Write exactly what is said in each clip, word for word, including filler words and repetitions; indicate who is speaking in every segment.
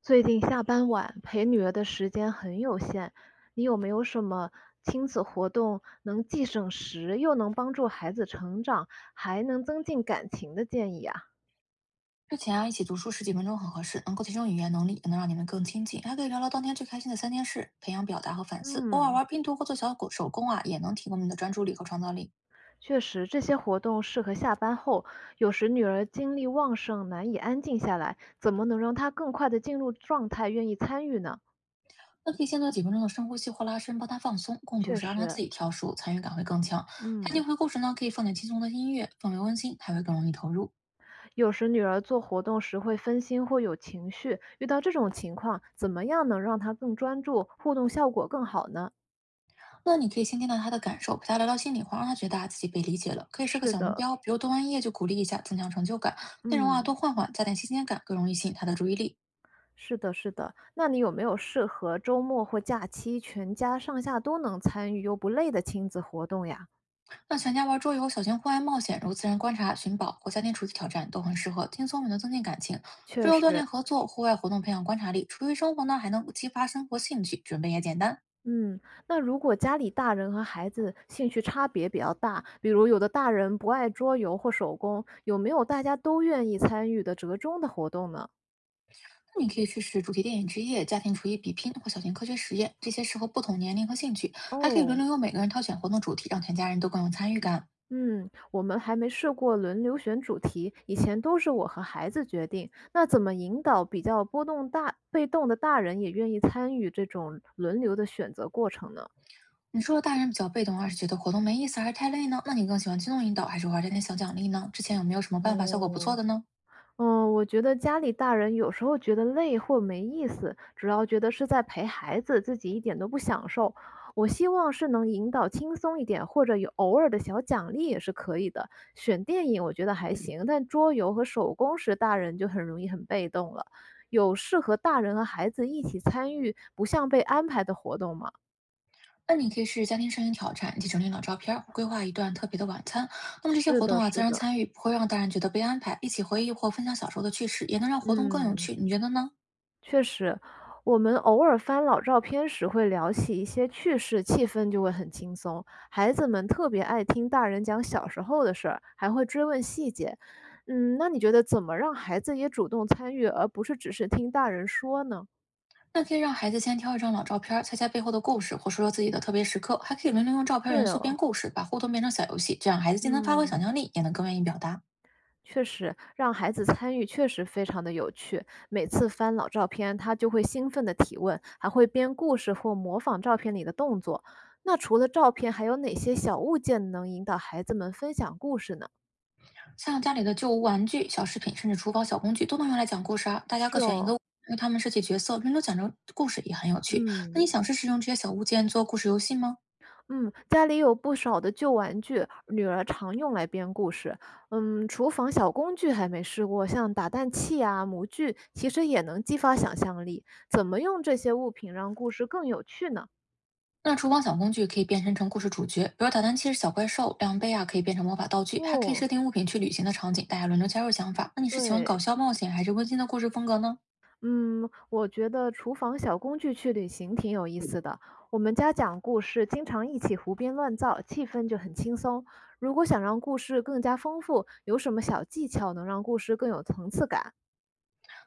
Speaker 1: 最近下班晚，陪女儿的时间很有限，你有没有什么亲子活动能既省时又能帮助孩子成长，还能增进感情的建议啊？
Speaker 2: 睡前啊，一起读书十几分钟很合适，能够提升语言能力，也能让你们更亲近。还可以聊聊当天最开心的三件事，培养表达和反思。偶尔
Speaker 1: 嗯，
Speaker 2: 玩拼图或做小狗手工啊，也能提供你的专注力和创造力。
Speaker 1: 确实，这些活动适合下班后，有时女儿精力旺盛，难以安静下来，怎么能让她更快的进入状态，愿意参与呢？
Speaker 2: 那可以先做几分钟的深呼吸或拉伸，帮他放松。共读
Speaker 1: 确
Speaker 2: 时让他自
Speaker 1: 实，
Speaker 2: 己挑书，参与感会更强。他
Speaker 1: 嗯。
Speaker 2: 听回顾时呢，可以放点轻松的音乐，氛围温馨，还会更容易投入。
Speaker 1: 有时女儿做活动时会分心或有情绪，遇到这种情况，怎么样能让她更专注，互动效果更好呢？
Speaker 2: 那你可以先听到他的感受，陪他聊聊心里话，让他觉得啊自己被理解了。可以设个
Speaker 1: 是
Speaker 2: 小目
Speaker 1: 的，
Speaker 2: 标，比如读完一页就鼓励一下，增强成就感。内容啊
Speaker 1: 嗯，
Speaker 2: 多换换，加点新鲜感，更容易吸引他的注意力。
Speaker 1: 是的，是的。那你有没有适合周末或假期全家上下都能参与又不累的亲子活动呀？
Speaker 2: 那全家玩桌游、小型户外冒险，如自然观察、寻宝或家庭厨艺挑战，都很适合轻松也能增进感情。桌
Speaker 1: 确
Speaker 2: 游锻
Speaker 1: 实，
Speaker 2: 炼合作，户外活动培养观察力，厨艺生活呢还能激发生活兴趣，准备也简单。
Speaker 1: 嗯，那如果家里大人和孩子兴趣差别比较大，比如有的大人不爱桌游或手工，有没有大家都愿意参与的折中的活动呢？
Speaker 2: 那你可以去试主题电影之夜、家庭厨艺比拼或小型科学实验，这些适合不同年龄和兴趣，还可以轮
Speaker 1: 哦，
Speaker 2: 流由每个人挑选活动主题，让全家人都更有参与感。
Speaker 1: 嗯，我们还没试过轮流选主题，以前都是我和孩子决定。那怎么引导比较波动大、被动的大人也愿意参与这种轮流的选择过程呢？
Speaker 2: 你说的大人比较被动，二是觉得活动没意思还是太累呢？那你更喜欢轻松引导还是玩点点小奖励呢？之前有没有什么办法效果不
Speaker 1: 哦，
Speaker 2: 错的呢？
Speaker 1: 嗯，我觉得家里大人有时候觉得累或没意思，主要觉得是在陪孩子，自己一点都不享受。我希望是能引导轻松一点，或者有偶尔的小奖励也是可以的。选电影我觉得还行，但桌游和手工时大人就很容易很被动了。有适合大人和孩子一起参与，不像被安排的活动吗？
Speaker 2: 那你可以试试家庭摄影挑战，一起整理老照片儿，规划一段特别的晚餐。那么这些
Speaker 1: 是
Speaker 2: 活动
Speaker 1: 的，
Speaker 2: 啊，自
Speaker 1: 是
Speaker 2: 然
Speaker 1: 的，
Speaker 2: 参与不会让大人觉得被安排，一起回忆或分享小时候的趣事，也能让活动更有
Speaker 1: 嗯。
Speaker 2: 趣。你觉得呢？
Speaker 1: 确实，我们偶尔翻老照片时会聊起一些趣事，气氛就会很轻松。孩子们特别爱听大人讲小时候的事儿，还会追问细节。嗯，那你觉得怎么让孩子也主动参与，而不是只是听大人说呢？
Speaker 2: 那可以让孩子先挑一张老照片儿，猜猜背后的故事，或说说自己的特别时刻，还可以轮流用照片
Speaker 1: 对
Speaker 2: 元素编
Speaker 1: 哦，
Speaker 2: 故事，把互动变成小游戏，这样孩子既能发挥想
Speaker 1: 嗯。
Speaker 2: 象力，也能更愿意表达。
Speaker 1: 确实，让孩子参与确实非常的有趣。每次翻老照片，他就会兴奋的提问，还会编故事或模仿照片里的动作。那除了照片，还有哪些小物件能引导孩子们分享故事呢？
Speaker 2: 像家里的旧物玩具、小饰品，甚至厨房小工具，都能用来讲故事啊。大家
Speaker 1: 是
Speaker 2: 各选一
Speaker 1: 哦，
Speaker 2: 个物为他们设计角色，轮流讲着故事，也很有趣。那
Speaker 1: 嗯
Speaker 2: 你想试试用这些小物件做故事游戏吗？
Speaker 1: 嗯，家里有不少的旧玩具，女儿常用来编故事。嗯，厨房小工具还没试过，像打蛋器啊、模具，其实也能激发想象力。怎么用这些物品让故事更有趣呢？
Speaker 2: 那厨房小工具可以变身成故事主角，比如打蛋器是小怪兽，量杯啊可以变成魔法道具，还可以设
Speaker 1: 哦，
Speaker 2: 定物品去旅行的场景，大家轮流加入想法。那你是喜欢搞
Speaker 1: 对，
Speaker 2: 笑冒险，还是温馨的故事风格呢？
Speaker 1: 嗯，我觉得厨房小工具去旅行挺有意思的。我们家讲故事，经常一起胡编乱造，气氛就很轻松。如果想让故事更加丰富，有什么小技巧能让故事更有层次感？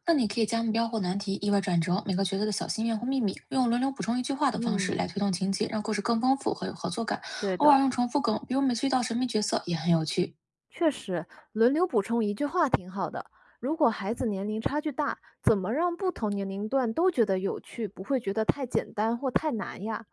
Speaker 2: 那你可以加目标或难题、意外转折，每个角色的小心愿或秘密，用轮流补充一句话的方式来
Speaker 1: 嗯，
Speaker 2: 推动情节，让故事更丰富和有合作感。
Speaker 1: 对
Speaker 2: 偶
Speaker 1: 的，
Speaker 2: 尔用重复梗，比如每次遇到神秘角色也很有趣。
Speaker 1: 确实，轮流补充一句话挺好的。如果孩子年龄差距大，怎么让不同年龄段都觉得有趣，不会觉得太简单或太难呀？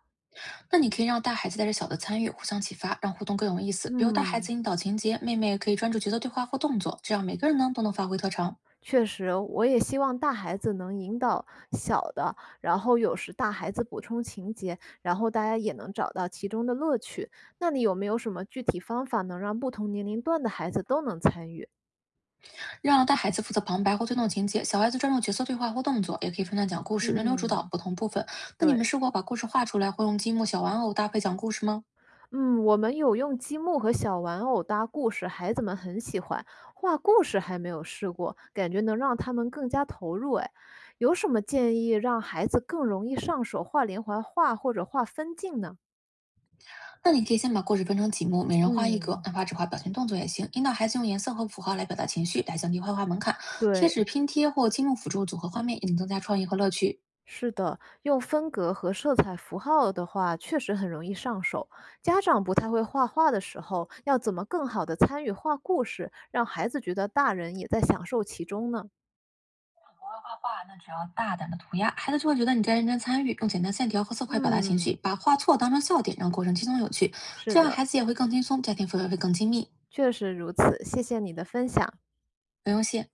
Speaker 2: 那你可以让大孩子带着小的参与，互相启发，让互动更有意思。比如大孩
Speaker 1: 嗯，
Speaker 2: 子引导情节，妹妹可以专注角色对话或动作，这样每个人呢都能发挥特长。
Speaker 1: 确实，我也希望大孩子能引导小的，然后有时大孩子补充情节，然后大家也能找到其中的乐趣。那你有没有什么具体方法能让不同年龄段的孩子都能参与？
Speaker 2: 让大孩子负责旁白或推动情节，小孩子专注角色对话或动作，也可以分段讲故事，轮流主导
Speaker 1: 嗯，
Speaker 2: 不同部分。那你们
Speaker 1: 对，
Speaker 2: 试过把故事画出来，或用积木、小玩偶搭配讲故事吗？
Speaker 1: 嗯，我们有用积木和小玩偶搭故事，孩子们很喜欢。画故事还没有试过，感觉能让他们更加投入。哎，有什么建议让孩子更容易上手画连环画或者画分镜呢？
Speaker 2: 那你可以先把故事分成几幕，每人画一格，
Speaker 1: 嗯，
Speaker 2: 哪怕只画表情动作也行，引导孩子用颜色和符号来表达情绪，来降低画画门槛。贴
Speaker 1: 对。
Speaker 2: 纸拼贴或积木辅助组合画面，也能增加创意和乐趣。
Speaker 1: 是的，用分格和色彩符号的话，确实很容易上手。家长不太会画画的时候，要怎么更好的参与画故事，让孩子觉得大人也在享受其中呢？
Speaker 2: 国外画画，那只要大胆的涂鸦，孩子就会觉得你在认真参与，用简单线条和色块表达情绪，
Speaker 1: 嗯，
Speaker 2: 把画错当成笑点，让过程轻松有趣，
Speaker 1: 是
Speaker 2: 这样
Speaker 1: 的，
Speaker 2: 孩子也会更轻松，家庭氛围会更亲密。
Speaker 1: 确实如此。谢谢你的分享。
Speaker 2: 不用谢。